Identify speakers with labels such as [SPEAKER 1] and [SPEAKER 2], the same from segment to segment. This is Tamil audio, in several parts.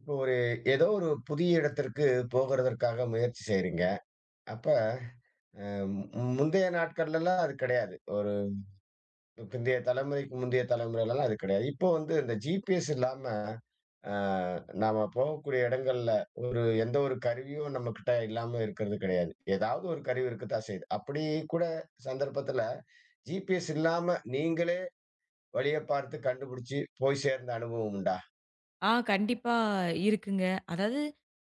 [SPEAKER 1] இப்போ ஒரு ஏதோ ஒரு புதிய இடத்திற்கு போகறதற்காக முயற்சி செய்றீங்க. அப்ப அ முந்தைய நாட்கள்லலாம் அது கிடையாது. ஒரு பிந்தைய தலைமுறைக்கு முந்தைய தலைமுறைலலாம் அது கிடையாது. இப்போ வந்து இந்த ஜிபிஎஸ் இல்லாம அ நாம போகக்கூடிய இடங்கள்ல எந்த ஒரு கருவியும் நம்மகிட்ட இல்லாம இருக்கறது கிடையாது. ஏதாவது ஒரு கருவி இருக்கத்தான் செய்யுது. அப்படி கூட சந்தர்ப்பத்துல ஜிபிஎஸ் இல்லாம நீங்களே வழிய பார்த்து கண்டுபிடிச்சு போய் சேர்ந்த அனுபவம் உண்டா?
[SPEAKER 2] ஆ கண்டிப்பா இருக்குங்க. அதாவது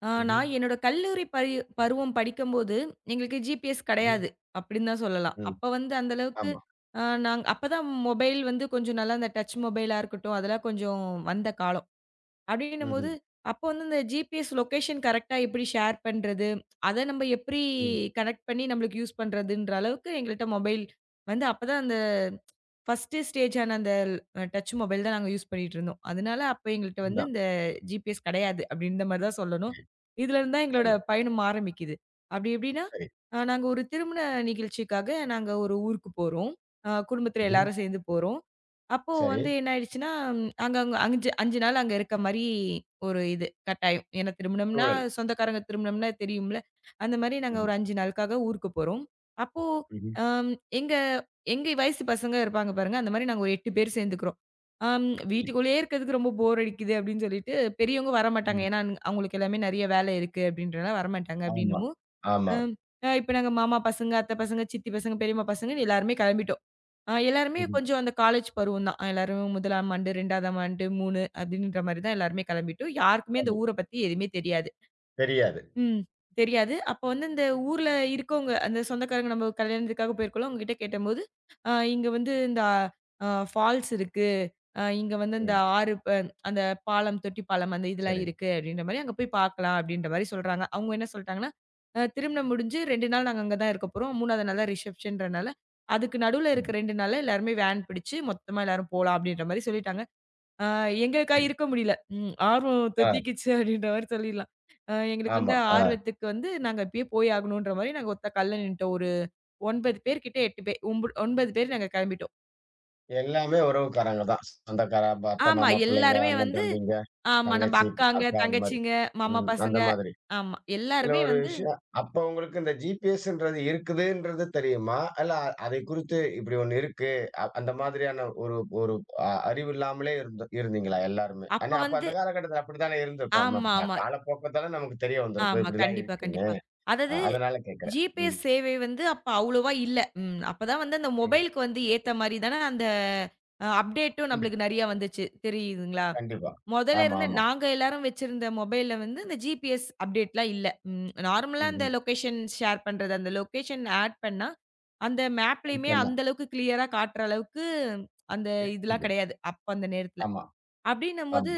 [SPEAKER 1] ம்ஹ்ம்.
[SPEAKER 2] நான் என்னோட கல்லூரி பருவம் படிக்கும்போது, எங்களுக்கு ஜிபிஎஸ்
[SPEAKER 1] ம்ஹ்ம்.
[SPEAKER 2] கிடையாது. அப்படின்னு தான் சொல்லலாம்.
[SPEAKER 1] ம்.
[SPEAKER 2] அப்ப வந்து அந்த அளவுக்கு
[SPEAKER 1] ஆமா.
[SPEAKER 2] அ நாங் அப்பதான் மொபைல் வந்து கொஞ்சம் நல்லா அந்த டச் மொபைலா இருக்கட்டும், அதெல்லாம் கொஞ்சம் வந்த காலம். அப்படின்னும்போது,
[SPEAKER 1] ம்ஹ்ம்.
[SPEAKER 2] அப்போ வந்து இந்த ஜிபிஎஸ் லொகேஷன் கரெக்ட்டா எப்படி ஷேர் பண்றது? அத நம்ம எப்படி
[SPEAKER 1] ம்.
[SPEAKER 2] கனெக்ட் பண்ணி நம்மளுக்கு யூஸ் பண்றதுன்ற அளவுக்கு எங்கள்ட்ட மொபைல் வந்து அப்பதான் அந்த ஃபர்ஸ்ட்டு ஸ்டேஜான அந்த டச் மொபைல் தான் நாங்க யூஸ் பண்ணிட்டுருந்தோம். அதனால அப்ப எங்கள்ட்ட வந்து
[SPEAKER 1] அதுதான்.
[SPEAKER 2] இந்த ஜிபிஎஸ் கிடையாது அப்படின்ற மாரி தான் சொல்லணும்.
[SPEAKER 1] சரி.
[SPEAKER 2] இதுலருந்து தான் எங்களோட
[SPEAKER 1] சரி.
[SPEAKER 2] பயணம் ஆரம்பிக்குது. அப்படி எப்படின்னா,
[SPEAKER 1] சரி.
[SPEAKER 2] நாங்க ஒரு திருமண நிகழ்ச்சிக்காக நாங்க ஒரு ஊருக்கு போறோம். குடும்பத்தில
[SPEAKER 1] ம்ஹ்ம்.
[SPEAKER 2] எல்லாரும் சேர்ந்து போறோம். அப்போ
[SPEAKER 1] சரி.
[SPEAKER 2] வந்து என்ன ஆயிடுச்சுன்னா அங்க அங்க 5 நாள் அங்க இருக்க மாரி ஒரு இது கட்டாயம். ஏன்னா திருமணம்னா,
[SPEAKER 1] சூழல்.
[SPEAKER 2] சொந்தக்காரங்க திருமணம்னா தெரியும்ல. அந்த மாரி நாங்க
[SPEAKER 1] ம்ஹ்ம்.
[SPEAKER 2] ஒரு 5 நாளுக்காக ஊருக்கு போறோம். அப்போ
[SPEAKER 1] ம்ஹ்ம்.
[SPEAKER 2] அம் எங்க எங்க வயசு பசங்க இருப்பாங்க பாருங்க. அந்த மாரி நாங்க ஒரு 8 பேர் சேர்ந்துக்கிறோம். அம்
[SPEAKER 1] ம்.
[SPEAKER 2] வீட்டுக்குள்ளேயே இருக்கிறதுக்கு ரொம்ப போர் அடிக்குது அப்படின்னு சொல்லிட்டு, பெரியவங்க வரமாட்டாங்க.
[SPEAKER 1] ம்.
[SPEAKER 2] ஏன்னா அவங்களுக்கு எல்லாமே நெறைய வேலை இருக்கு அப்படின்றனால வரமாட்டாங்க.
[SPEAKER 1] ஆமா.
[SPEAKER 2] அப்படின்னவும்
[SPEAKER 1] ஆமா.
[SPEAKER 2] அம். இப்ப நாங்க மாமா பசங்க, அத்தை பசங்க, சித்தி பசங்க, பெரியம்மா பசங்கன்னு எல்லாருமே கெளம்பிட்டோம். எல்லாருமே
[SPEAKER 1] ம்ஹ்ம்.
[SPEAKER 2] கொஞ்சம் அந்த காலேஜ் பருவம் தான். எல்லாரும் 1ஆம் ஆண்டு, 2ஆம் ஆண்டு, 3 அப்படின்ற மாரி தான் எல்லாருமே கெளம்பிட்டோம். யாருக்குமே அந்த
[SPEAKER 1] சரி.
[SPEAKER 2] ஊர பத்தி எதுவுமே தெரியாது.
[SPEAKER 1] தெரியாது.
[SPEAKER 2] ம். தெரியாது. அப்ப வந்து இந்த ஊர்ல இருக்கவங்க, அந்த சொந்தக்காரங்க நம்ம கல்யாணத்துக்காக போயிருக்கோம்ல, அவங்க கிட்ட கேட்டபோது, இங்க வந்து இந்த ஃபால்ஸ் இருக்கு. இங்க வந்து இந்த
[SPEAKER 1] ம்.
[SPEAKER 2] ஆறு அந்த பாலம், தொட்டி பாலம் அந்த இதெல்லாம்
[SPEAKER 1] சரி.
[SPEAKER 2] இருக்கு அப்படின்ற மாரி அங்க போய் பார்க்கலாம் அப்படின்ற மாரி சொல்றாங்க. அவங்க என்ன சொல்ட்டாங்கன்னா, திருமணம் முடிஞ்சு 2 நாள் நாங்க அங்க தான் இருக்க போறோம். 3வது நாள் தான் ரிசப்ஷன்றனால, அதுக்கு நடுவுல
[SPEAKER 1] ம்.
[SPEAKER 2] இருக்க 2 நாள்ல எல்லாருமே வேன் பிடிச்சு மொத்தமா எல்லாரும் போலாம் அப்படின்ற மாரி சொல்லிட்டாங்க. அ எங்களுக்கா
[SPEAKER 1] சரி.
[SPEAKER 2] இருக்க முடியல. ம் ஆர்வம்
[SPEAKER 1] ஆ.
[SPEAKER 2] தொத்திக்கிச்சு அப்படின்ற மாரி சொல்லிடலாம். எங்களுக்கு
[SPEAKER 1] ஆமா.
[SPEAKER 2] வந்து
[SPEAKER 1] ஆ.
[SPEAKER 2] ஆர்வத்துக்கு வந்து நாங்க இப்பயே போய் ஆகணுன்ற மாரி நாங்க ஒத்த கால்ல நின்ட்டோம். ஒரு 9 பேர் கிட்ட 8 பேர் 9 பேர் நாங்க கிளம்பிட்டோம்.
[SPEAKER 1] எல்லாமே உறவுக்காரங்க தான். சொந்தக்கார, அப்பா, அத்தை,
[SPEAKER 2] ஆமா.
[SPEAKER 1] மாமா, பிள்ளைங்க,
[SPEAKER 2] எல்லாருமே
[SPEAKER 1] அண்ணன்,
[SPEAKER 2] வந்து
[SPEAKER 1] தம்பிங்க,
[SPEAKER 2] ஆமா. நம்ப
[SPEAKER 1] தங்கச்சி,
[SPEAKER 2] அக்காங்க,
[SPEAKER 1] அக்கா அந்த மாரி.
[SPEAKER 2] தங்கச்சிங்க, மாமா
[SPEAKER 1] ம். அந்த
[SPEAKER 2] பசங்க.
[SPEAKER 1] மாதிரி.
[SPEAKER 2] ஆமா.
[SPEAKER 1] இதுல
[SPEAKER 2] எல்லாருமே
[SPEAKER 1] ஒரு
[SPEAKER 2] வந்து
[SPEAKER 1] விஷயம். அப்ப உங்களுக்கு இந்த ஜிபிஎஸ்ன்றது இருக்குதுன்றது தெரியுமா? இல்ல அதை குறித்து இப்படி ஒண்ணு இருக்கு. அந்த மாதிரியான ஒரு ஒரு அறிவு இல்லாமலே இருந்தீங்களா எல்லாருமே? ஆனா
[SPEAKER 2] அப்ப
[SPEAKER 1] அப்ப
[SPEAKER 2] வந்து
[SPEAKER 1] அந்த காலகட்டத்துல அப்படித்தானே இருந்திருக்கும். நம்ம அப்ப
[SPEAKER 2] ஆமாமா.
[SPEAKER 1] காலப்போக்கத்தால நமக்கு தெரிய வந்திருக்கும்.
[SPEAKER 2] ஆமா.
[SPEAKER 1] இப்படிலாம்
[SPEAKER 2] கண்டிப்பா,
[SPEAKER 1] இருக்குன்னு.
[SPEAKER 2] கண்டிப்பா. அதாவது
[SPEAKER 1] அதனால கேட்கிறேன். ம்.
[SPEAKER 2] ஜிபிஎஸ் சேவை வந்து அப்ப அவ்வளவா இல்ல. ம். அப்பதான் வந்து அந்த
[SPEAKER 1] ம்.
[SPEAKER 2] மொபைலுக்கு வந்து ஏத்த மாரி தான அந்த அப்டேட்டும்
[SPEAKER 1] ம்.
[SPEAKER 2] நம்மளுக்கு நெறைய வந்துச்சு. தெரியுதுங்களா?
[SPEAKER 1] கண்டிப்பா.
[SPEAKER 2] மொதல்ல
[SPEAKER 1] ஆமா,
[SPEAKER 2] இருந்து
[SPEAKER 1] ஆமா.
[SPEAKER 2] நாங்க எல்லாரும் வச்சிருந்த மொபைல்ல வந்து இந்த ஜிபிஎஸ் அப்டேட்லாம் இல்ல. ம். நார்மலா
[SPEAKER 1] ம்.
[SPEAKER 2] அந்த
[SPEAKER 1] ம்.
[SPEAKER 2] லொகேஷன் ஷேர் பண்றது, அந்த லொகேஷன் ஆட் பண்ணா, அந்த
[SPEAKER 1] அது
[SPEAKER 2] மேப்லயுமே
[SPEAKER 1] பண்ணா
[SPEAKER 2] அந்த அளவுக்கு கிளியரா காட்டுற அளவுக்கு அந்த இதெல்லாம்
[SPEAKER 1] இருக்குது.
[SPEAKER 2] கிடையாது. அப்ப அந்த நேரத்துல.
[SPEAKER 1] ஆமா.
[SPEAKER 2] அப்டின்னம்போது,
[SPEAKER 1] ஆமா.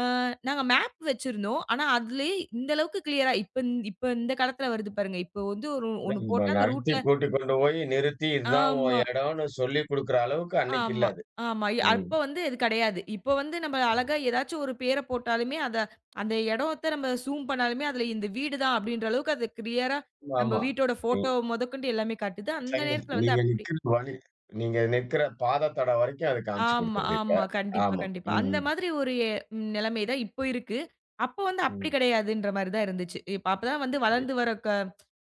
[SPEAKER 2] அ நாங்க மேப் வச்சிருந்தோம். ஆனா, அதுலயே இந்த அளவுக்கு கிளியரா இப்ப இப்ப இந்த காலத்துல வருது பாருங்க. இப்போ வந்து ஒரு
[SPEAKER 1] இதான்
[SPEAKER 2] ஒண்ணு
[SPEAKER 1] நம்ம
[SPEAKER 2] போட்டா அந்த
[SPEAKER 1] நடத்தி
[SPEAKER 2] ரூட்ல
[SPEAKER 1] கூட்டிக் கொண்டு போய் நிறுத்தி இதுதான் உன்
[SPEAKER 2] ஆமா,
[SPEAKER 1] இடம்னு சொல்லிக் குடுக்குற அளவுக்கு அன்னைக்கு
[SPEAKER 2] ஆமா,
[SPEAKER 1] இல்ல அது.
[SPEAKER 2] ஆமா.
[SPEAKER 1] ம்.
[SPEAKER 2] அப்ப வந்து இது கிடையாது. இப்ப வந்து நம்ம அழகா ஏதாச்சும் ஒரு பேர போட்டாலுமே, அத அந்த இடத்த நம்ம ஜூம் பண்ணாலுமே, அதுல இந்த வீடு தான் அப்டின்ற அளவுக்கு அது கிளியரா நம்ம
[SPEAKER 1] ஆமா.
[SPEAKER 2] வீட்டோட
[SPEAKER 1] நீ
[SPEAKER 2] ஃபோட்டோ முதற்கொண்டு எல்லாமே காட்டுது. அந்த
[SPEAKER 1] சரிதான்.
[SPEAKER 2] நேரத்துல வந்து அப்டி
[SPEAKER 1] நீங்க நிக்கிற பாத தடம் வரைக்கும் அது காமிச்சு
[SPEAKER 2] ஆமா,
[SPEAKER 1] குடுத்துருது இப்ப.
[SPEAKER 2] ஆமா. கண்டிப்பா,
[SPEAKER 1] ஆமா.
[SPEAKER 2] கண்டிப்பா. அந்த
[SPEAKER 1] ம்.
[SPEAKER 2] மாதிரி ஒரு நிலைமை தான் இப்போ இருக்கு. அப்போ வந்து அப்படி
[SPEAKER 1] ம்.
[SPEAKER 2] கிடையாதுன்ற மாரி தான் இருந்துச்சு. இப்ப அப்பதான் வந்து வளர்ந்து வர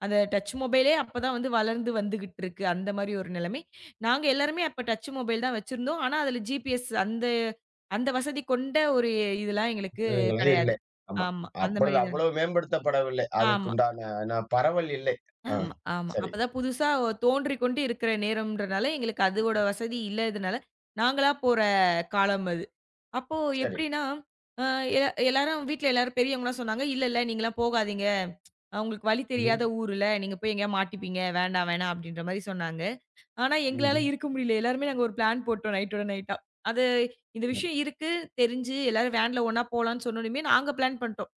[SPEAKER 2] அந்த டச் மொபைலே அப்பதான் வந்து வளர்ந்து வந்துகிட்டு இருக்கு. அந்த மாரி ஒரு நிலைமை. நாங்க எல்லாருமே அப்ப டச் மொபைல் தான் வச்சிருந்தோம். ஆனா அதுல ஜிபிஎஸ் அந்த அந்த வசதி கொண்ட ஒரு இதெல்லாம் எங்களுக்கு
[SPEAKER 1] விளைவுகளே
[SPEAKER 2] கிடையாது.
[SPEAKER 1] இல்லை. ஆமா.
[SPEAKER 2] ஆமா. அந்த
[SPEAKER 1] அப்பொழுது
[SPEAKER 2] மாரி தான்.
[SPEAKER 1] அவ்வளவு மேம்படுத்தப்படவில்லை.
[SPEAKER 2] ஆமா,
[SPEAKER 1] அதுக்குண்டான பரவல் இல்லை. ஆ.
[SPEAKER 2] ஆமா, ஆமா.
[SPEAKER 1] சரி,
[SPEAKER 2] அப்பதான் புதுசா தோன்றிக் கொண்டு இருக்கிற நேரம்ன்றனால எங்களுக்கு அதோட வசதி இல்லாததுனால, நாங்களா போற காலம் அது. அப்போ
[SPEAKER 1] சரி.
[SPEAKER 2] எப்படின்னா, அ எ எல்லாரும் வீட்ல எல்லாரும் பெரியவங்கலாம் சொன்னாங்க, "இல்ல, இல்ல நீங்கலாம் போகாதீங்க. உங்களுக்கு வழி
[SPEAKER 1] ம்ஹ்ம்.
[SPEAKER 2] தெரியாத ஊருல, நீங்க போய் எங்கேயா மாட்டிப்பீங்க. வேண்டாம், வேணாம்." அப்படின்ற மாரி சொன்னாங்க. ஆனா, எங்களால
[SPEAKER 1] ம்ஹ்ம்.
[SPEAKER 2] இருக்க முடியல. எல்லாருமே நாங்க ஒரு பிளான் போட்டோம் நைட்டோட நைட்டா. அது இந்த
[SPEAKER 1] ம்.
[SPEAKER 2] விஷயம் இருக்கு, தெரிஞ்சு எல்லாரும் வேன்ல ஒண்ணா போலான்னு சொன்னோனயுமே, நாங்க பிளான் பண்ணிட்டோம்.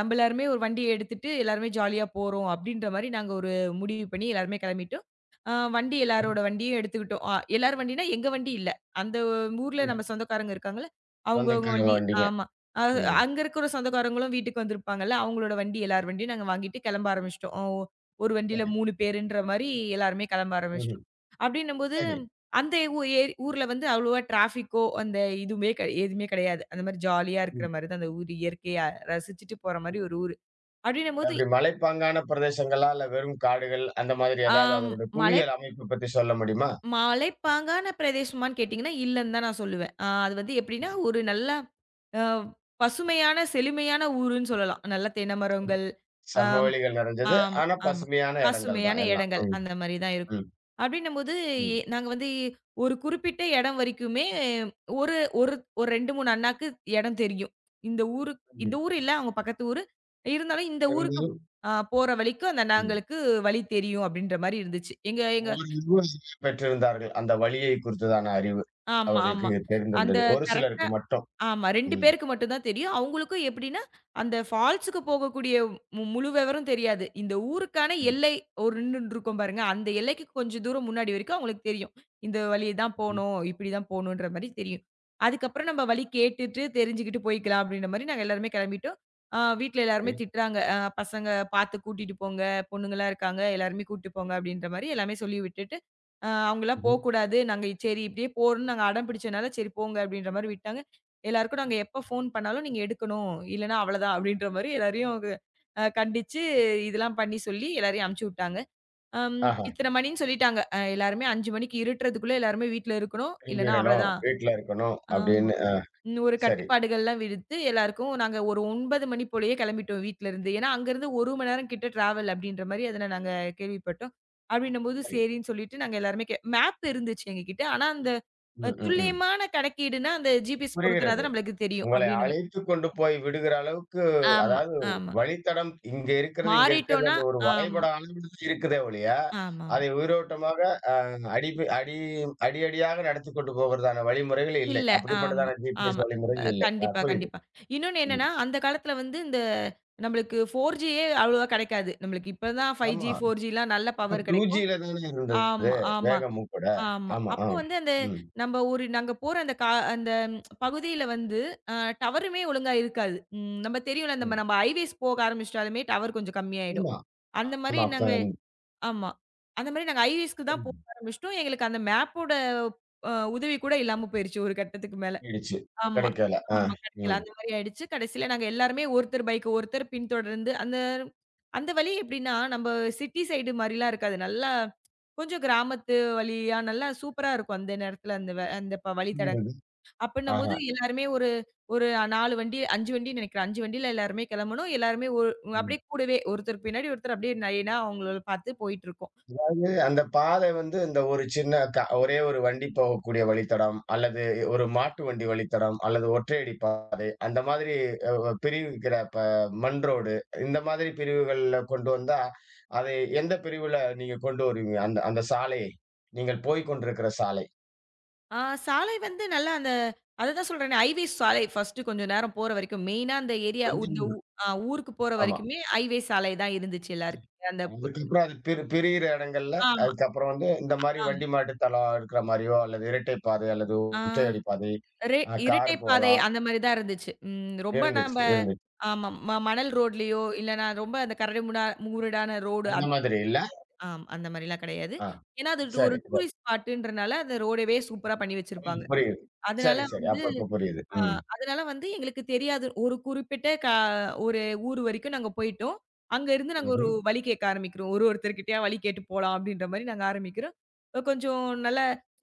[SPEAKER 2] நம்ம எல்லாருமே ஒரு வண்டிய எடுத்துட்டு எல்லாருமே ஜாலியா போறோம் அப்டின்ற மாரி நாங்க ஒரு முடிவு பண்ணி எல்லாருமே கெளம்பிட்டோம். வண்டி
[SPEAKER 1] ம்.
[SPEAKER 2] எல்லாரோட வண்டியும் எடுத்துக்கிட்டோம். எல்லார் வண்டினா எங்க வண்டி இல்ல. அந்த ஊர்ல
[SPEAKER 1] ஆமா.
[SPEAKER 2] நம்ம சொந்தக்காரங்க இருக்காங்கல்ல, அவங்கவங்க
[SPEAKER 1] சொந்தக்காரங்க
[SPEAKER 2] வண்டி
[SPEAKER 1] வண்டிங்க.
[SPEAKER 2] ஆமா. அ
[SPEAKER 1] ம்.
[SPEAKER 2] அங்க இருக்கிற சொந்தக்காரங்களும் வீட்டுக்கு வந்திருப்பாங்கல்ல, அவங்களோட வண்டி எல்லார் வண்டியும் நாங்க வாங்கிட்டு கிளம்ப ஆரம்பிச்சுட்டோம். ஒரு வண்டியில
[SPEAKER 1] சரி.
[SPEAKER 2] 3 பேருன்ற மாரி எல்லாருமே கிளம்ப
[SPEAKER 1] ம்ஹ்ம்.
[SPEAKER 2] ஆரம்பிச்சுட்டோம். அப்டின்னும்போது
[SPEAKER 1] சரி.
[SPEAKER 2] அந்த ஊ ஏ ஊர்ல வந்து அவ்வளவா டிராஃபிக்கோ, அந்த இதுவுமே எதுவுமே கெடையாது. அந்த மாரி ஜாலியா இருக்கிற
[SPEAKER 1] ம்.
[SPEAKER 2] மாரி தான் அந்த ஊர். இயற்கையா ரசிச்சுட்டு போற மாரி ஒரு ஊரு. அப்படின்னும்போது
[SPEAKER 1] அப்படி மலைப்பாங்கான பிரதேசங்களா? இல்ல வெறும் காடுகள் அந்த மாதிரி ஏதாவது
[SPEAKER 2] ஆம்
[SPEAKER 1] அதனுடைய
[SPEAKER 2] மலை
[SPEAKER 1] புவியியல் அமைப்பு பத்தி சொல்ல முடியுமா?
[SPEAKER 2] மலைப்பாங்கான பிரதேசமான்னு கேட்டீங்கன்னா, இல்லன்னு தான் நான் சொல்லுவேன். அது வந்து எப்படின்னா, ஒரு நல்ல அ பசுமையான, செழுமையான ஊருன்னு சொல்லலாம். நல்ல தென்னை மரங்கள், அ
[SPEAKER 1] சமவெளிகள் நிறைஞ்சது.
[SPEAKER 2] ஆமா,
[SPEAKER 1] ஆனா
[SPEAKER 2] ஆமா.
[SPEAKER 1] பசுமையான இடங்கள்
[SPEAKER 2] பசுமையான
[SPEAKER 1] தான் எல்லாம்.
[SPEAKER 2] இடங்கள்
[SPEAKER 1] ம்.
[SPEAKER 2] அந்த மாரி தான் இருக்கும்.
[SPEAKER 1] ம்.
[SPEAKER 2] அப்டின்னும்போது
[SPEAKER 1] ம்.
[SPEAKER 2] நாங்க வந்து ஒரு குறிப்பிட்ட இடம் வரைக்குமே ஒரு ஒரு ஒரு 2, 3 அண்ணாக்கு இடம் தெரியும். இந்த ஊரு இந்த
[SPEAKER 1] ம்.
[SPEAKER 2] ஊர் இல்ல, அவங்க பக்கத்து ஊரு. இருந்தாலும் இந்த ஊருக்கு
[SPEAKER 1] இருந்தது
[SPEAKER 2] போற வழிக்கும் அந்த
[SPEAKER 1] ம்.
[SPEAKER 2] அண்ணாங்களுக்கு வழி தெரியும் அப்டின்ற மாரி இருந்துச்சு. எங்க எங்க
[SPEAKER 1] ஒரு நிர்வாகிகள் பெற்றிருந்தார்கள். அந்த வழியை குறித்ததான அறிவு
[SPEAKER 2] ஆமா, ஆமா.
[SPEAKER 1] அவர்களுக்கு
[SPEAKER 2] அந்த
[SPEAKER 1] தெரிந்திருந்தது. ஒரு
[SPEAKER 2] கரெக்ட்டா
[SPEAKER 1] சிலருக்கு மட்டும்.
[SPEAKER 2] ஆமா. 2
[SPEAKER 1] ம்.
[SPEAKER 2] பேருக்கு மட்டும் தான் தெரியும். அவங்களுக்கும் எப்படின்னா, அந்த ஃபால்ஸுக்கு போகக்கூடிய முழு விவரம் தெரியாது. இந்த ஊருக்கான
[SPEAKER 1] ம்.
[SPEAKER 2] எல்லை ஒரு நின்னுட்டுருக்கோம் பாருங்க, அந்த எல்லைக்கு கொஞ்சம் தூரம் முன்னாடி வரைக்கும் அவங்களுக்கு தெரியும். இந்த வழி தான்
[SPEAKER 1] ம்.
[SPEAKER 2] போணும், இப்படி தான் போணுன்ற மாரி தெரியும். அதுக்கப்புறம் நம்ம வழி கேட்டுட்டு தெரிஞ்சுக்கிட்டு போய்க்கலாம் அப்படின்ற மாரி நாங்க எல்லாருமே கிளம்பிட்டோம். வீட்ல எல்லாருமே
[SPEAKER 1] சரி.
[SPEAKER 2] திட்டுறாங்க. "பசங்க பார்த்து கூட்டிட்டு போங்க, பொண்ணுங்கலாம் இருக்காங்க, எல்லாருமே கூட்டிட்டு போங்க" அப்படின்ற மாரி எல்லாமே சொல்லி விட்டுட்டு, அவங்கலாம்
[SPEAKER 1] ம்ஹ்ம்.
[SPEAKER 2] போக்கூடாது. நாங்க சரி இப்படியே போறோம்ன்னு நாங்க அடம் பிடிச்சனால, "சரி போங்க" அப்படின்ற மாரி விட்டாங்க. எல்லாருக்கும் நாங்க எப்ப ஃபோன் பண்ணாலும் நீங்க எடுக்கணும். இல்லன்னா அவ்வளதான் அப்படின்ற மாரி எல்லாரையும் க அ கண்டிச்சு இதெல்லாம் பண்ணி சொல்லி எல்லாரையும் அனுப்பிச்சு விட்டாங்க. அம்
[SPEAKER 1] ஆஹா!
[SPEAKER 2] இத்தன மணின்னு சொல்லிட்டாங்க. எல்லாருமே 5 மணிக்கு இருட்டுறதுக்குள்ள எல்லாருமே வீட்ல இருக்கணும். இல்லன்னா
[SPEAKER 1] திரும்பிறணும்,
[SPEAKER 2] அவ்வளதான்.
[SPEAKER 1] வீட்ல இருக்கணும்
[SPEAKER 2] ஆமா.
[SPEAKER 1] அப்படின்னு.
[SPEAKER 2] ம் ஒரு
[SPEAKER 1] சரி,
[SPEAKER 2] கட்டுப்பாடுகள்லாம் விடுத்து எல்லாருக்கும் நாங்க ஒரு 9 மணி போலயே கிளம்பிட்டோம் வீட்ல இருந்து. ஏன்னா அங்கருந்து 1 மணி நேரம் கிட்ட டிராவல் அப்படின்ற மாரி அதுல நாங்க கேள்விப்பட்டோம். அப்படின்னும்போது
[SPEAKER 1] சரி.
[SPEAKER 2] சரின்னு சொல்லிட்டு நாங்க எல்லாருமே மேப் இருந்துச்சு எங்ககிட்ட. ஆனா அந்த
[SPEAKER 1] ம், ம், ம்.
[SPEAKER 2] துல்லியமான கணக்கீடுன்னா அந்த ஜிபிஎஸ் பொருத்துனா
[SPEAKER 1] புரிகிறது.
[SPEAKER 2] தான் நம்மளுக்கு தெரியும்
[SPEAKER 1] உங்களை
[SPEAKER 2] அப்படின்னு.
[SPEAKER 1] அழைத்துக் கொண்டு போய் விடுகிற அளவுக்கு
[SPEAKER 2] ஆமா,
[SPEAKER 1] அதாவது
[SPEAKER 2] ஆமா.
[SPEAKER 1] வழித்தடம் இங்க இருக்கிறது, இங்க இருக்கிறது
[SPEAKER 2] மாறிட்டோம்னா
[SPEAKER 1] அந்த ஒரு
[SPEAKER 2] ஆமா,
[SPEAKER 1] வரைபடம் அளவில் இருக்குதே ஒழிய,
[SPEAKER 2] ஆமாமா.
[SPEAKER 1] அதை உயிரோட்டமாக அ அடிபி அடி அடியடியாக நடத்திக் கொண்டு போகிறதான வழிமுறைகள் இல்லை.
[SPEAKER 2] இல்ல. ஆமா,
[SPEAKER 1] அப்படிப்பட்டதான ஜிபிஎஸ்
[SPEAKER 2] ஆமா.
[SPEAKER 1] வழிமுறைகள் இல்லை.
[SPEAKER 2] கண்டிப்பா,
[SPEAKER 1] புரியுது.
[SPEAKER 2] கண்டிப்பா. இன்னொன்னு
[SPEAKER 1] ம்.
[SPEAKER 2] என்னன்னா, அந்த காலத்துல வந்து இந்த நம்மளுக்கு 4Gயே அவ்வளவா கிடைக்காது. நம்மளுக்கு இப்ப தான் 5G,
[SPEAKER 1] ஆமா.
[SPEAKER 2] 4Gலாம் நல்ல
[SPEAKER 1] இப்ப
[SPEAKER 2] பவர்
[SPEAKER 1] 2G
[SPEAKER 2] கிடைக்கும்.
[SPEAKER 1] ல தானே இருந்தது.
[SPEAKER 2] ஆமா, ஆமா,
[SPEAKER 1] வேகமும் கூட.
[SPEAKER 2] ஆமா.
[SPEAKER 1] ஆமா. ஆ.
[SPEAKER 2] அப்போ வந்து அந்த
[SPEAKER 1] ம்.
[SPEAKER 2] நம்ம ஒரு நாங்க போற அந்த அந்த பகுதியில வந்து அ டவருமே ஒழுங்கா இருக்காது. ம் நம்ம தெரியும்ல, நம்ம
[SPEAKER 1] ம்.
[SPEAKER 2] நம்ம ஹைவேஸ் போக ஆரம்பிச்சுட்டாலுமே டவர் கொஞ்சம் கம்மியாயிடும்.
[SPEAKER 1] ஆமா.
[SPEAKER 2] அந்த மாரி
[SPEAKER 1] ஆமா. அப்ப
[SPEAKER 2] நாங்க ஆமா. அந்த மாரி நாங்க ஐவிஸ்க்கு தான்
[SPEAKER 1] ம்.
[SPEAKER 2] போக ஆரம்பிச்சுட்டோம். எங்களுக்கு அந்த மேப்போட உதவி கூட இல்லாம போயிருச்சு ஒரு கட்டத்துக்கு மேல.
[SPEAKER 1] போயிடுச்சு.
[SPEAKER 2] ஆமா.
[SPEAKER 1] கிடைக்கல. ஆ.
[SPEAKER 2] ஆமா. கெடைக்கல.
[SPEAKER 1] ம்.
[SPEAKER 2] அந்த மாரி ஆயிடுச்சு. கடைசியில நாங்க எல்லாருமே ஒருத்தர் பைக் ஒருத்தர் பின்தொடர்ந்து அந்த அந்த வழி எப்படின்னா, நம்ப சிட்டி சைடு மாரிலாம் இருக்காது. நல்லா கொஞ்சம் கிராமத்து வழியா நல்லா சூப்பரா இருக்கும் அந்த நேரத்துல அந்த வ அந்த ப வழித்தடங்.
[SPEAKER 1] புரியுது.
[SPEAKER 2] அப்படின்னும்போது
[SPEAKER 1] ஆஹா.
[SPEAKER 2] எல்லாருமே ஒரு ஒரு 4 வண்டி 5 வண்டின்னு நெனைக்கிறேன். 5 வண்டியில எல்லாருமே கெளம்பணும். எல்லாருமே ஒரு
[SPEAKER 1] ம்.
[SPEAKER 2] அப்படியே கூடவே ஒருத்தர் பின்னாடி ஒருத்தர் அப்படியே லைனா அவங்கள பார்த்து போயிட்டுருக்கோம்.
[SPEAKER 1] அந்த பாதை வந்து இந்த ஒரு சின்ன ஒரே ஒரு வண்டி போகக்கூடிய வழித்தடம், அல்லது ஒரு மாட்டு வண்டி வழித்தடம், அல்லது ஒற்றையடி பாதை, அந்த மாதிரி அ வ பிரிவிக்கிற இப்ப மண் ரோடு, இந்த மாதிரி பிரிவுகள்ல கொண்டு வந்தா, அதை எந்த பிரிவுல நீங்க கொண்டு வருவீங்க? அந்த அந்த சாலையை, நீங்கள் போய் கொண்டிருக்கிற சாலை.
[SPEAKER 2] ஆ சாலை வந்து நல்லா அந்த அததான் சொல்றேனே, ஹைவே சாலை ஃபர்ஸ்ட்டு கொஞ்ச நேரம் போற வரைக்கும். மெயினா அந்த ஏரியா
[SPEAKER 1] கொஞ்சம்
[SPEAKER 2] இந்த ஊ அ ஊருக்கு போற
[SPEAKER 1] ஆமா.
[SPEAKER 2] வரைக்குமே ஹைவே சாலை தான் இருந்துச்சு எல்லாருக்கும். அந்த
[SPEAKER 1] அதுக்கப்புறம் அது பிரியிற இடங்கள்ல,
[SPEAKER 2] ஆமா,
[SPEAKER 1] அதுக்கப்புறம் வந்து இந்த மாரி
[SPEAKER 2] ஆமா.
[SPEAKER 1] வண்டி மாட்டு தடம் இருக்கிற மாரியோ, அல்லது இரட்டை பாதை, அல்லது
[SPEAKER 2] ஆ
[SPEAKER 1] ஒற்றையடி பாதை,
[SPEAKER 2] ரெ
[SPEAKER 1] கார்
[SPEAKER 2] இரட்டை பாதை
[SPEAKER 1] போகலாம்.
[SPEAKER 2] அந்த மாரி தான் இருந்துச்சு. ம் ரொம்ப நம்ப
[SPEAKER 1] இருந்துச்சு, இருந்துச்சு.
[SPEAKER 2] ஆமா ம மணல் ரோட்லயோ இல்லன்னா ரொம்ப அந்த கரடுமுடா முரடான ரோடு
[SPEAKER 1] அந்த மாதிரி இல்ல?
[SPEAKER 2] அந்த மாரிலாம் கிடையாது.
[SPEAKER 1] ஆ.
[SPEAKER 2] ஏன்னா அது ஒரு
[SPEAKER 1] சரி.
[SPEAKER 2] டூரிஸ்ட் ஸ்பாட்டுன்றனால அந்த ரோடவே சூப்பரா பண்ணி
[SPEAKER 1] ம்.
[SPEAKER 2] வச்சிருப்பாங்க.
[SPEAKER 1] புரியுது.
[SPEAKER 2] அதனால
[SPEAKER 1] சரி, சரி.
[SPEAKER 2] வந்து
[SPEAKER 1] அப்ப இப்ப புரியுது.
[SPEAKER 2] ஆ
[SPEAKER 1] ம்.
[SPEAKER 2] அதனால வந்து எங்களுக்கு தெரியாது. ஒரு குறிப்பிட்ட ஒரு ஊர் வரைக்கும் நாங்க போயிட்டோம். அங்க இருந்து நாங்க ஒரு
[SPEAKER 1] ம்ஹ்ம்.
[SPEAKER 2] வழி கேட்க ஆரம்பிக்கிறோம். ஒரு ஒருத்தர்கிட்டயா வழி கேட்டு போலாம் அப்படின்ற மாரி நாங்க ஆரம்பிக்கிறோம். கொஞ்சம் நல்ல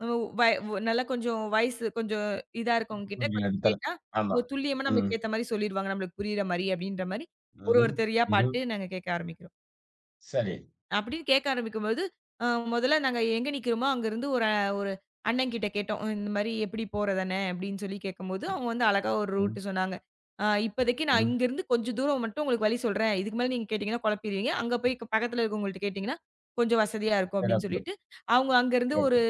[SPEAKER 2] வ வய நல்லா கொஞ்சம் வயசு கொஞ்சம் இதா இருக்கவங்க கிட்ட கொஞ்சம்
[SPEAKER 1] எடுத்தல.
[SPEAKER 2] கேட்டா,
[SPEAKER 1] ஆமா.
[SPEAKER 2] அவங்க துல்லியமா
[SPEAKER 1] ம்.
[SPEAKER 2] நமக்கு ஏத்த மாரி சொல்லிருவாங்க. நம்மளுக்கு புரியிற மாரி அப்படின்ற மாரி ஒரு
[SPEAKER 1] ம்ஹ்ம்.
[SPEAKER 2] ஒருத்தரையா
[SPEAKER 1] ம்ஹ்ம்.
[SPEAKER 2] பாத்து நாங்க கேட்க ஆரம்பிக்கிறோம்.
[SPEAKER 1] சரி.
[SPEAKER 2] அப்படின்னு கேட்க ஆரம்பிக்கும்போது, அ முதல்ல நாங்க எங்க நிக்கிறோமோ அங்கருந்து ஒரு அண்ணன்கிட்ட கேட்டோம். இந்த மாரி "எப்படி போறது அண்ணே?" அப்படின்னு சொல்லி கேட்கும்போது, அவங்க வந்து அழகா ஒரு ரூட்
[SPEAKER 1] ம்.
[SPEAKER 2] சொன்னாங்க. இப்போதைக்கு நான்
[SPEAKER 1] ம்.
[SPEAKER 2] இங்கருந்து கொஞ்சம் தூரம் மட்டும் உங்களுக்கு வழி சொல்றேன். இதுக்கு மேல நீங்க கேட்டீங்கன்னா குழப்பிருவீங்க. அங்க போய் பக்கத்துல இருக்கவங்கள்ட்ட கேட்டீங்கன்னா, கொஞ்சம் வசதியா இருக்கும்." அப்படின்னு
[SPEAKER 1] சிறப்பு,
[SPEAKER 2] சொல்லிட்டு, அவங்க அங்கருந்து
[SPEAKER 1] சிறப்பு.
[SPEAKER 2] ஒரு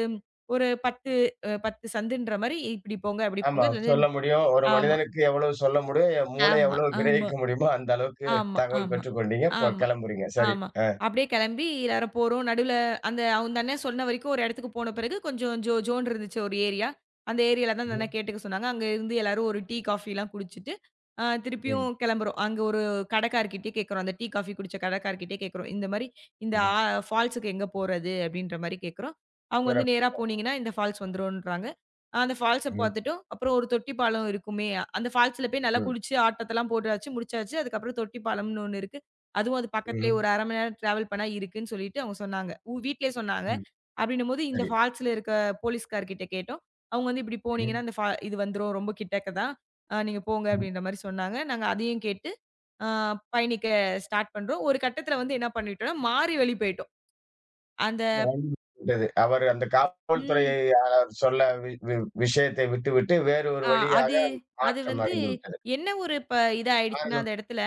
[SPEAKER 2] ஒரு 10 10 சந்துன்ற மாரி, "இப்படி போங்க, அப்படி
[SPEAKER 1] ஆமா.
[SPEAKER 2] போங்க." இது வந்து
[SPEAKER 1] சொல்ல முடியும். ஒரு
[SPEAKER 2] ஆமா.
[SPEAKER 1] மனிதனுக்கு எவ்வளவு சொல்ல முடியும், என் மூளை
[SPEAKER 2] ஆமா.
[SPEAKER 1] எவ்வளவு
[SPEAKER 2] ஆமா,
[SPEAKER 1] கிரகிக்க முடியுமோ, அந்த அளவுக்கு
[SPEAKER 2] ஆமா,
[SPEAKER 1] தகவல்
[SPEAKER 2] ஆமா,
[SPEAKER 1] பெற்றுக்கொண்டீங்க. இப்போ
[SPEAKER 2] ஆமா.
[SPEAKER 1] கிளம்புறீங்க. சரி.
[SPEAKER 2] ஆமா.
[SPEAKER 1] அ.
[SPEAKER 2] அப்படியே கிளம்பி எல்லாரும் போறோம். நடுவுல அந்த அந்த அண்ணன் சொன்ன வரைக்கும் ஒரு இடத்துக்கு போன பிறகு கொஞ்சம் ஜோன்னு இருந்துச்சு ஒரு ஏரியா. அந்த ஏரியால தான் அந்த
[SPEAKER 1] ம்.
[SPEAKER 2] அண்ணன் கேட்டுக்க சொன்னாங்க. அங்க இருந்து எல்லாரும் ஒரு டீ, காஃபிலாம் குடிச்சிட்டு, திருப்பியும்
[SPEAKER 1] ம்.
[SPEAKER 2] கிளம்புறோம். அங்க ஒரு கடைக்காரர்கிட்டயே கேட்குறோம். அந்த டீ, காஃபி குடிச்ச கடைக்காரர்கிட்டயே கேட்குறோம். இந்த மாரி இந்த ஆ
[SPEAKER 1] ம்ஹ்ம்.
[SPEAKER 2] ஃபால்ஸுக்கு எங்க போறது? அப்படின்ற மாரி கேட்குறோம். அவங்க வந்து
[SPEAKER 1] சிறப்பு.
[SPEAKER 2] நேரா போனீங்கன்னா இந்த ஃபால்ஸ் வந்துரும்ன்றாங்க. அந்த ஃபால்ஸ
[SPEAKER 1] ம்.
[SPEAKER 2] பார்த்துட்டோம். அப்புறம் ஒரு தொட்டி பாலம் இருக்குமே, அந்த ஃபால்ஸ்ல போய் நல்லா
[SPEAKER 1] ம்.
[SPEAKER 2] குளிச்சு ஆட்டத்தெல்லாம் போட்டாச்சு, முடிச்சாச்சு. அதுக்கப்புறம் தொட்டி பாலம்னு ஒண்ணு இருக்கு. அதுவும் அது பக்கத்திலேயே
[SPEAKER 1] ம்.
[SPEAKER 2] ஒரு 1/2 மணி நேரம் டிராவல் பண்ணா இருக்குன்னு சொல்லிட்டு அவங்க சொன்னாங்க. வீட்லயே சொன்னாங்க.
[SPEAKER 1] ம்.
[SPEAKER 2] அப்படின்னும்போது இந்த
[SPEAKER 1] சரி.
[SPEAKER 2] ஃபால்ஸ்ல இருக்க போலீஸ்கார்கிட்ட கேட்டோம். அவங்க வந்து இப்படி
[SPEAKER 1] ம்.
[SPEAKER 2] போனீங்கன்னா, அந்த இது வந்துரும். ரொம்ப கிட்டக்க தான். நீங்க போங்க
[SPEAKER 1] ம்.
[SPEAKER 2] அப்படின்ற மாரி சொன்னாங்க. நாங்க அதையும் கேட்டு அ பயணிக்க ஸ்டார்ட் பண்றோம். ஒரு கட்டத்தில வந்து என்ன பண்ணிட்டோம்னா, மாறி வழி போயிட்டோம். அந்த
[SPEAKER 1] வாழ்ந்துவிட்டது. அவர் அந்த காவல்துறையை
[SPEAKER 2] ம்.
[SPEAKER 1] அவர் சொல்ல வி வி விஷயத்தை விட்டுவிட்டு வேறு ஒரு
[SPEAKER 2] அ
[SPEAKER 1] வழியாக
[SPEAKER 2] அது அது
[SPEAKER 1] மாற்றம்
[SPEAKER 2] வந்து
[SPEAKER 1] அடைந்து விட்டது.
[SPEAKER 2] என்ன ஒரு ப இதா ஆயிடுச்சுன்னா,
[SPEAKER 1] காரணம்
[SPEAKER 2] அந்த இடத்துல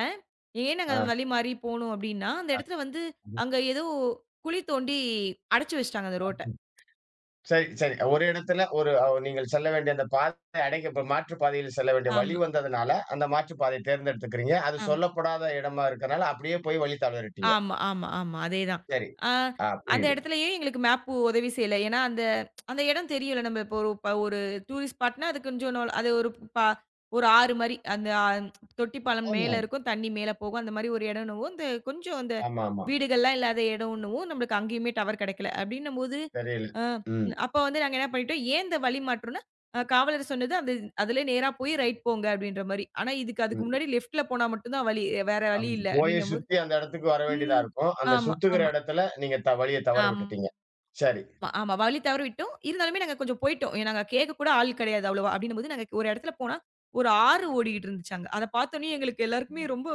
[SPEAKER 2] ஏன் நாங்க
[SPEAKER 1] ஆ.
[SPEAKER 2] வழி மாறி போனோம் அப்படின்னா, அந்த இடத்துல வந்து அங்க ஏதோ குழி தோண்டி அடைச்சு வச்சுட்டாங்க அந்த ரோட்ட.
[SPEAKER 1] சரி, சரி. ஒரு இடத்துல ஒரு நீங்கள் செல்ல வேண்டிய அந்த பாதை அடைக்க இப்ப மாற்று பாதையில் செல்ல வேண்டிய வழி
[SPEAKER 2] ஆமா.
[SPEAKER 1] வந்ததுனால, அந்த மாற்று பாதையை தேர்ந்தெடுத்துக்கிறீங்க. அது
[SPEAKER 2] ஆமா.
[SPEAKER 1] சொல்லப்படாத இடமா இருக்கனால, அப்படியே போய் வழி தவறிட்டீங்க.
[SPEAKER 2] ஆமா, ஆமா, ஆமா. அதேதான்.
[SPEAKER 1] சரி.
[SPEAKER 2] ஆ
[SPEAKER 1] ஆ
[SPEAKER 2] அந்த
[SPEAKER 1] புரியுது.
[SPEAKER 2] இடத்துலயும் எங்களுக்கு மேப்பு உதவி செய்யல. ஏன்னா, அந்த அந்த இடம் தெரியும்ல. நம்ம இப்போ ஒரு டூரிஸ்ட் ஸ்பாட்னா அது கொஞ்சம் அது ப ஒரு ஆறு மாரி. அந்த தொட்டி பாலம்
[SPEAKER 1] ஆமா.
[SPEAKER 2] மேல இருக்கும். தண்ணி மேல போகும். அந்த மாரி ஒரு இடம்னவும், இந்த கொஞ்சம் அந்த
[SPEAKER 1] ஆமாமா.
[SPEAKER 2] வீடுகள்லாம் இல்லாத இடம்னவும் நம்மளுக்கு அங்கேயுமே டவர் கிடைக்கல. அப்படின்னும்போது,
[SPEAKER 1] தெரியல.
[SPEAKER 2] அ
[SPEAKER 1] ம்.
[SPEAKER 2] அப்ப வந்து நாங்க என்ன பண்ணிட்டோம், ஏன் இந்த வழி மாற்றோம்னா, காவலர் சொன்னது அந்த அதிலயே நேரா போய் ரைட் போங்க அப்படின்ற மாரி. ஆனா, அதுக்கு
[SPEAKER 1] ம்.
[SPEAKER 2] முன்னாடி லெஃப்ட்ல போனா மட்டும் தான் வழி. வேற
[SPEAKER 1] அம்
[SPEAKER 2] வழி இல்ல
[SPEAKER 1] போய்
[SPEAKER 2] அப்படின்னும்போது
[SPEAKER 1] சுத்தி அந்த இடத்துக்கு வர வேண்டியதா
[SPEAKER 2] ம்.
[SPEAKER 1] இருக்கும். அந்த
[SPEAKER 2] ஆமா,
[SPEAKER 1] சுத்துகிற
[SPEAKER 2] ஆமா.
[SPEAKER 1] இடத்துல நீங்க வழிய தவற
[SPEAKER 2] ஆமா,
[SPEAKER 1] விட்டுட்டீங்க. சரி.
[SPEAKER 2] ஆமா. வழி தவற விட்டோம். இருந்தாலுமே நாங்க கொஞ்சம் போயிட்டோம். நாங்க கேட்க கூட ஆள் கிடையாது அவ்வளவா. அப்டின்னும்போது நாங்க ஒரு இடத்துல போனா, ஒரு ஆறு ஓடிக்கிட்டு இருந்துச்சு அங்க. அத பார்த்தோனே எங்களுக்கு எல்லாருக்குமே ரொம்ப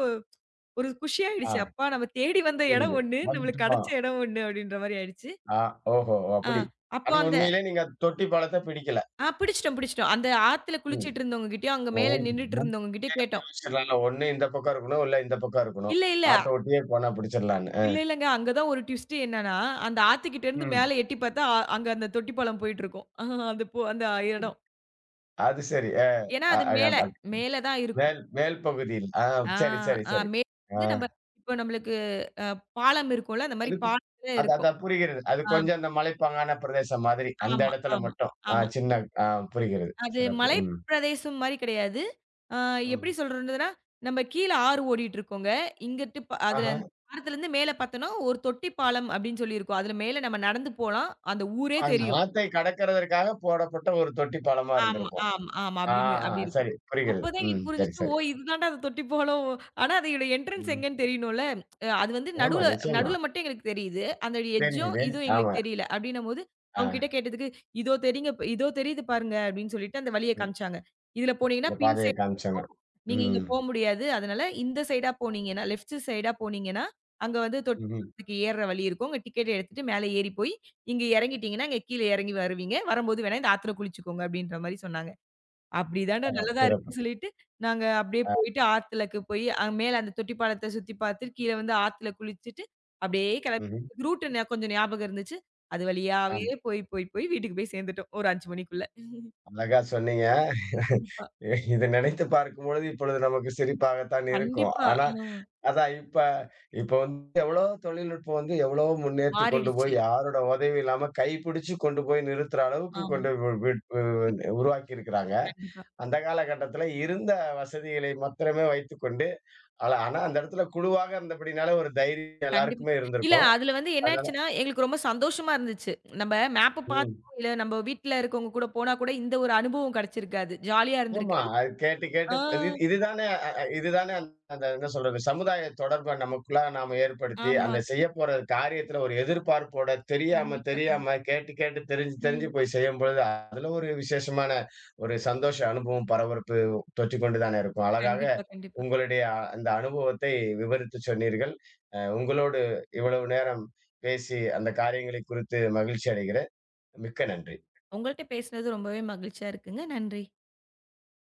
[SPEAKER 2] ஒரு குஷி
[SPEAKER 1] ஆ
[SPEAKER 2] ஆயிடுச்சு. அப்பா நம்ம தேடி வந்த இடம்
[SPEAKER 1] புரியுது.
[SPEAKER 2] ஒண்ணு, நம்மளுக்கு
[SPEAKER 1] வந்துட்டோமா?
[SPEAKER 2] கிடைச்ச இடம் ஒண்ணு அப்டின்ற மாரி ஆயிடுச்சு.
[SPEAKER 1] ஆ, ஓஹோ!
[SPEAKER 2] ஆ
[SPEAKER 1] அப்படி.
[SPEAKER 2] அப்போ
[SPEAKER 1] ஆனா
[SPEAKER 2] அந்த
[SPEAKER 1] உண்மையிலே நீங்க தொட்டி பழத்த பிடிக்கல.
[SPEAKER 2] பிடிச்சிட்டோம், பிடிச்சிட்டோம். அந்த ஆத்துல
[SPEAKER 1] ம்.
[SPEAKER 2] குளிச்சிட்டு இருந்தவங்ககிட்டயும், அங்க மேல
[SPEAKER 1] உங்களுக்கு
[SPEAKER 2] நின்னுட்டு இருந்தவங்ககிட்டயும் கேட்டோம்.
[SPEAKER 1] யோசிச்சிடலாம்ல. ஒண்ணு இந்த பக்கம் இருக்கணும், இல்ல இந்த பக்கம் இருக்கணும்.
[SPEAKER 2] இல்ல, இல்ல.
[SPEAKER 1] ஆத்த ஒட்டியே போனா பிடிச்சிடலான்னு. அ.
[SPEAKER 2] இல்ல, இல்லங்க. அங்க தான் ஒரு ட்விஸ்ட் என்னன்னா, அந்த ஆத்துக்கிட்ட இருந்து
[SPEAKER 1] ம்.
[SPEAKER 2] மேல எட்டி பார்த்தா, அங்க அந்த தொட்டி பாலம் போயிட்டு இருக்கும். அந்த இடம்.
[SPEAKER 1] அது சரி. அ
[SPEAKER 2] ஏன்னா,
[SPEAKER 1] அ
[SPEAKER 2] அது மேல,
[SPEAKER 1] அ
[SPEAKER 2] மேல தான் இருக்கும்.
[SPEAKER 1] மேல் மேல் பகுதியில். ஆ
[SPEAKER 2] ஆ,
[SPEAKER 1] சரி, சரி,
[SPEAKER 2] ஆ
[SPEAKER 1] சரி.
[SPEAKER 2] மேல
[SPEAKER 1] ஆ.
[SPEAKER 2] வந்து நம்ம இப்போ நம்மளுக்கு அ பாலம் இருக்கும்ல, அந்த மாரி
[SPEAKER 1] அதுக்கு
[SPEAKER 2] பாலத்துல இருக்கும்.
[SPEAKER 1] அதான் புரிகிறது. அது
[SPEAKER 2] ஆ,
[SPEAKER 1] கொஞ்சம் அந்த மலைப்பாங்கான பிரதேசம் மாதிரி. அந்த
[SPEAKER 2] ஆமா,
[SPEAKER 1] இடத்துல
[SPEAKER 2] ஆமா,
[SPEAKER 1] மட்டும். ஆ
[SPEAKER 2] ஆமா.
[SPEAKER 1] சின்ன ஆ புரிகிறது.
[SPEAKER 2] அது
[SPEAKER 1] சிறப்பு.
[SPEAKER 2] மலை
[SPEAKER 1] ம்.
[SPEAKER 2] பிரதேசம் மாரி கிடையாது. ஆ எப்படி
[SPEAKER 1] ம்.
[SPEAKER 2] சொல்றதுன்னா, நம்ம கீழ ஆறு ஓடிட்டுருக்கோங்க. இங்கிட்டு ப அதுல
[SPEAKER 1] ஆஹா.
[SPEAKER 2] பாலத்துலருந்து மேல பார்த்தோம்னா, ஒரு தொட்டி பாலம் அப்படின்னு சொல்லியிருக்கும். அதுல மேல நம்ம நடந்து போலாம். அந்த ஊரே
[SPEAKER 1] அந்த
[SPEAKER 2] தெரியும்.
[SPEAKER 1] ஆத்தை கடக்கிறதற்காக போடப்பட்ட ஒரு தொட்டி பாலமா
[SPEAKER 2] ஆமா,
[SPEAKER 1] இருந்திருக்கும்.
[SPEAKER 2] ஆமா, ஆமா.
[SPEAKER 1] ஆ,
[SPEAKER 2] அப்படின்னு
[SPEAKER 1] ஆ
[SPEAKER 2] அப்படி இருக்கும்.
[SPEAKER 1] சரி. புரிகிறது.
[SPEAKER 2] அப்பதான்
[SPEAKER 1] ம்.
[SPEAKER 2] எங்களுக்கு
[SPEAKER 1] சரி,
[SPEAKER 2] புரிஞ்சுச்சு, ஓ!
[SPEAKER 1] சரி.
[SPEAKER 2] இதுதான்டா அந்த தொட்டி பாலம். ஆனா அதோட என்ட்ரன்ஸ்
[SPEAKER 1] ம்.
[SPEAKER 2] எங்கன்னு தெரியணும்ல. அ அது வந்து
[SPEAKER 1] ஆமா,
[SPEAKER 2] நடுவுல
[SPEAKER 1] நிச்சயமா.
[SPEAKER 2] நடுவுல மட்டும் எங்களுக்கு தெரியுது. அந்த எட்ஜும்,
[SPEAKER 1] தெரியுது.
[SPEAKER 2] இதுவும் எங்களுக்கு
[SPEAKER 1] ஆமா.
[SPEAKER 2] தெரியல. அப்படின்னும்போது,
[SPEAKER 1] ஆ.
[SPEAKER 2] அவங்க கிட்ட கேட்டதுக்கு, "இதோ இதோ தெரியுது பாருங்க" அப்படின்னு சொல்லிட்டு அந்த வழிய
[SPEAKER 1] ம்.
[SPEAKER 2] காமிச்சாங்க. "இதுல போனீங்கன்னா
[SPEAKER 1] இந்த
[SPEAKER 2] பின்
[SPEAKER 1] பாதைய
[SPEAKER 2] சைடு
[SPEAKER 1] காமிச்சாங்க.
[SPEAKER 2] வரும். நீங்க இங்க
[SPEAKER 1] ம்.
[SPEAKER 2] போ முடியாது. அதனால இந்த சைடா போனீங்கன்னா லெஃப்ட் சைடா போனீங்கன்னா, அங்க வந்து தொட்டி
[SPEAKER 1] ம்ஹ்ம்.
[SPEAKER 2] பாலத்துக்கு ஏறுற வழி இருக்கும். உங்க டிக்கெட் எடுத்துட்டு மேல ஏறி போய் இங்க இறங்கிட்டீங்கன்னா, இங்க கீழ இறங்கி வருவீங்க. வரும்போது வேணா இந்த ஆத்துல குளிச்சுக்கோங்க அப்டின்ற மாரி சொன்னாங்க. அப்டிதான்டா
[SPEAKER 1] ஆ
[SPEAKER 2] நல்லதா
[SPEAKER 1] சிறப்பு.
[SPEAKER 2] இருக்குன்னு சொல்லிட்டு, நாங்க அப்டியே
[SPEAKER 1] ஆ.
[SPEAKER 2] போயிட்டு ஆத்துலக்கு போய் மேல அந்த தொட்டி பாலத்த சுத்தி பார்த்துட்டு, கீழ வந்து ஆத்துல குளிச்சுட்டு, அப்டியே
[SPEAKER 1] ம்ஹ்ம்.
[SPEAKER 2] கெளம்பி ரூட் கொஞ்சம் ஞாபகம் இருந்துச்சு. அது வழியாவே
[SPEAKER 1] ஆம்.
[SPEAKER 2] போய், போய், போய் வீட்டுக்கு போய் சேர்ந்துட்டோம். ஒரு 5 மணிக்குள்ள.
[SPEAKER 1] அழகா சொன்னீங்க.
[SPEAKER 2] கண்டிப்பா,
[SPEAKER 1] இதை நினைத்து பார்க்கும்பொழுது இப்பொழுது நமக்கு சிரிப்பாகத்தான் இருக்கும்.
[SPEAKER 2] கண்டிப்பா.
[SPEAKER 1] ஆனா
[SPEAKER 2] ஆ
[SPEAKER 1] அதான் இப்ப இப்ப வந்து எவ்வளோ தொழில்நுட்பம் வந்து எவ்வளவோ முன்னேத்தி கொண்டு போய்
[SPEAKER 2] மாறிடுச்சு.
[SPEAKER 1] யாரோட உதவியும் இல்லாம கைப்பிடிச்சு கொண்டு போய் நிறுத்துற அளவுக்கு
[SPEAKER 2] ஆமா.
[SPEAKER 1] கொண்டு வி விட் உ உருவாக்கி இருக்கிறாங்க.
[SPEAKER 2] கண்டிப்பா.
[SPEAKER 1] அந்த காலகட்டத்தில இருந்த வசதிகளை மாத்திரமே வைத்துக்கொண்டு, ஆனா அந்த இடத்துல குழுவாக இருந்தபடினால ஒரு தைரியம்
[SPEAKER 2] கண்டிப்பா.
[SPEAKER 1] எல்லாருக்குமே
[SPEAKER 2] இல்ல
[SPEAKER 1] இருந்திருக்கும்.
[SPEAKER 2] அதுல வந்து என்ன
[SPEAKER 1] அதனால
[SPEAKER 2] ஆயிடுச்சுன்னா, எங்களுக்கு ரொம்ப சந்தோஷமா இருந்துச்சு. நம்ம மேப்ப பாத்தோ,
[SPEAKER 1] ம்.
[SPEAKER 2] இல்ல நம்ம வீட்ல இருக்கவங்க கூட போனா கூட இந்த ஒரு அனுபவம் கிடைச்சிருக்காது. ஜாலியா
[SPEAKER 1] ஆமா.
[SPEAKER 2] இருந்திருக்காது.
[SPEAKER 1] அது கேட்டு,
[SPEAKER 2] ஆ,
[SPEAKER 1] கேட்டு இதுதானே அ அ இதுதானே அந்த அந்த என்ன சொல்றது, சமுதாய தொடர்ப நமக்குள்ள நாம ஏற்படுத்தி,
[SPEAKER 2] ஆமா.
[SPEAKER 1] அந்த செய்யப்போற காரியத்துல ஒரு எதிர்பார்ப்போட தெரியாம,
[SPEAKER 2] கண்டிப்பா,
[SPEAKER 1] தெரியாம
[SPEAKER 2] கண்டிப்பா.
[SPEAKER 1] கேட்டு, கேட்டு தெரிஞ்சு, தெரிஞ்சு
[SPEAKER 2] ம்.
[SPEAKER 1] போய் செய்யும்பொழுது, அதுல ஒரு விசேஷமான ஒரு சந்தோஷ அனுபவம், பரபரப்பு தொற்றிக் கொண்டு தானே இருக்கும். அழகாக
[SPEAKER 2] கண்டிப்பா, கண்டிப்பா.
[SPEAKER 1] உங்களுடைய அந்த அனுபவத்தை விவரித்து சொன்னீர்கள். உங்களோடு இவ்வளவு நேரம் பேசி அந்த காரியங்களை குறித்து மகிழ்ச்சி அடைகிறேன். மிக்க நன்றி.
[SPEAKER 2] உங்கள்ட்ட பேசுனது ரொம்பவே மகிழ்ச்சியா இருக்குங்க. நன்றி.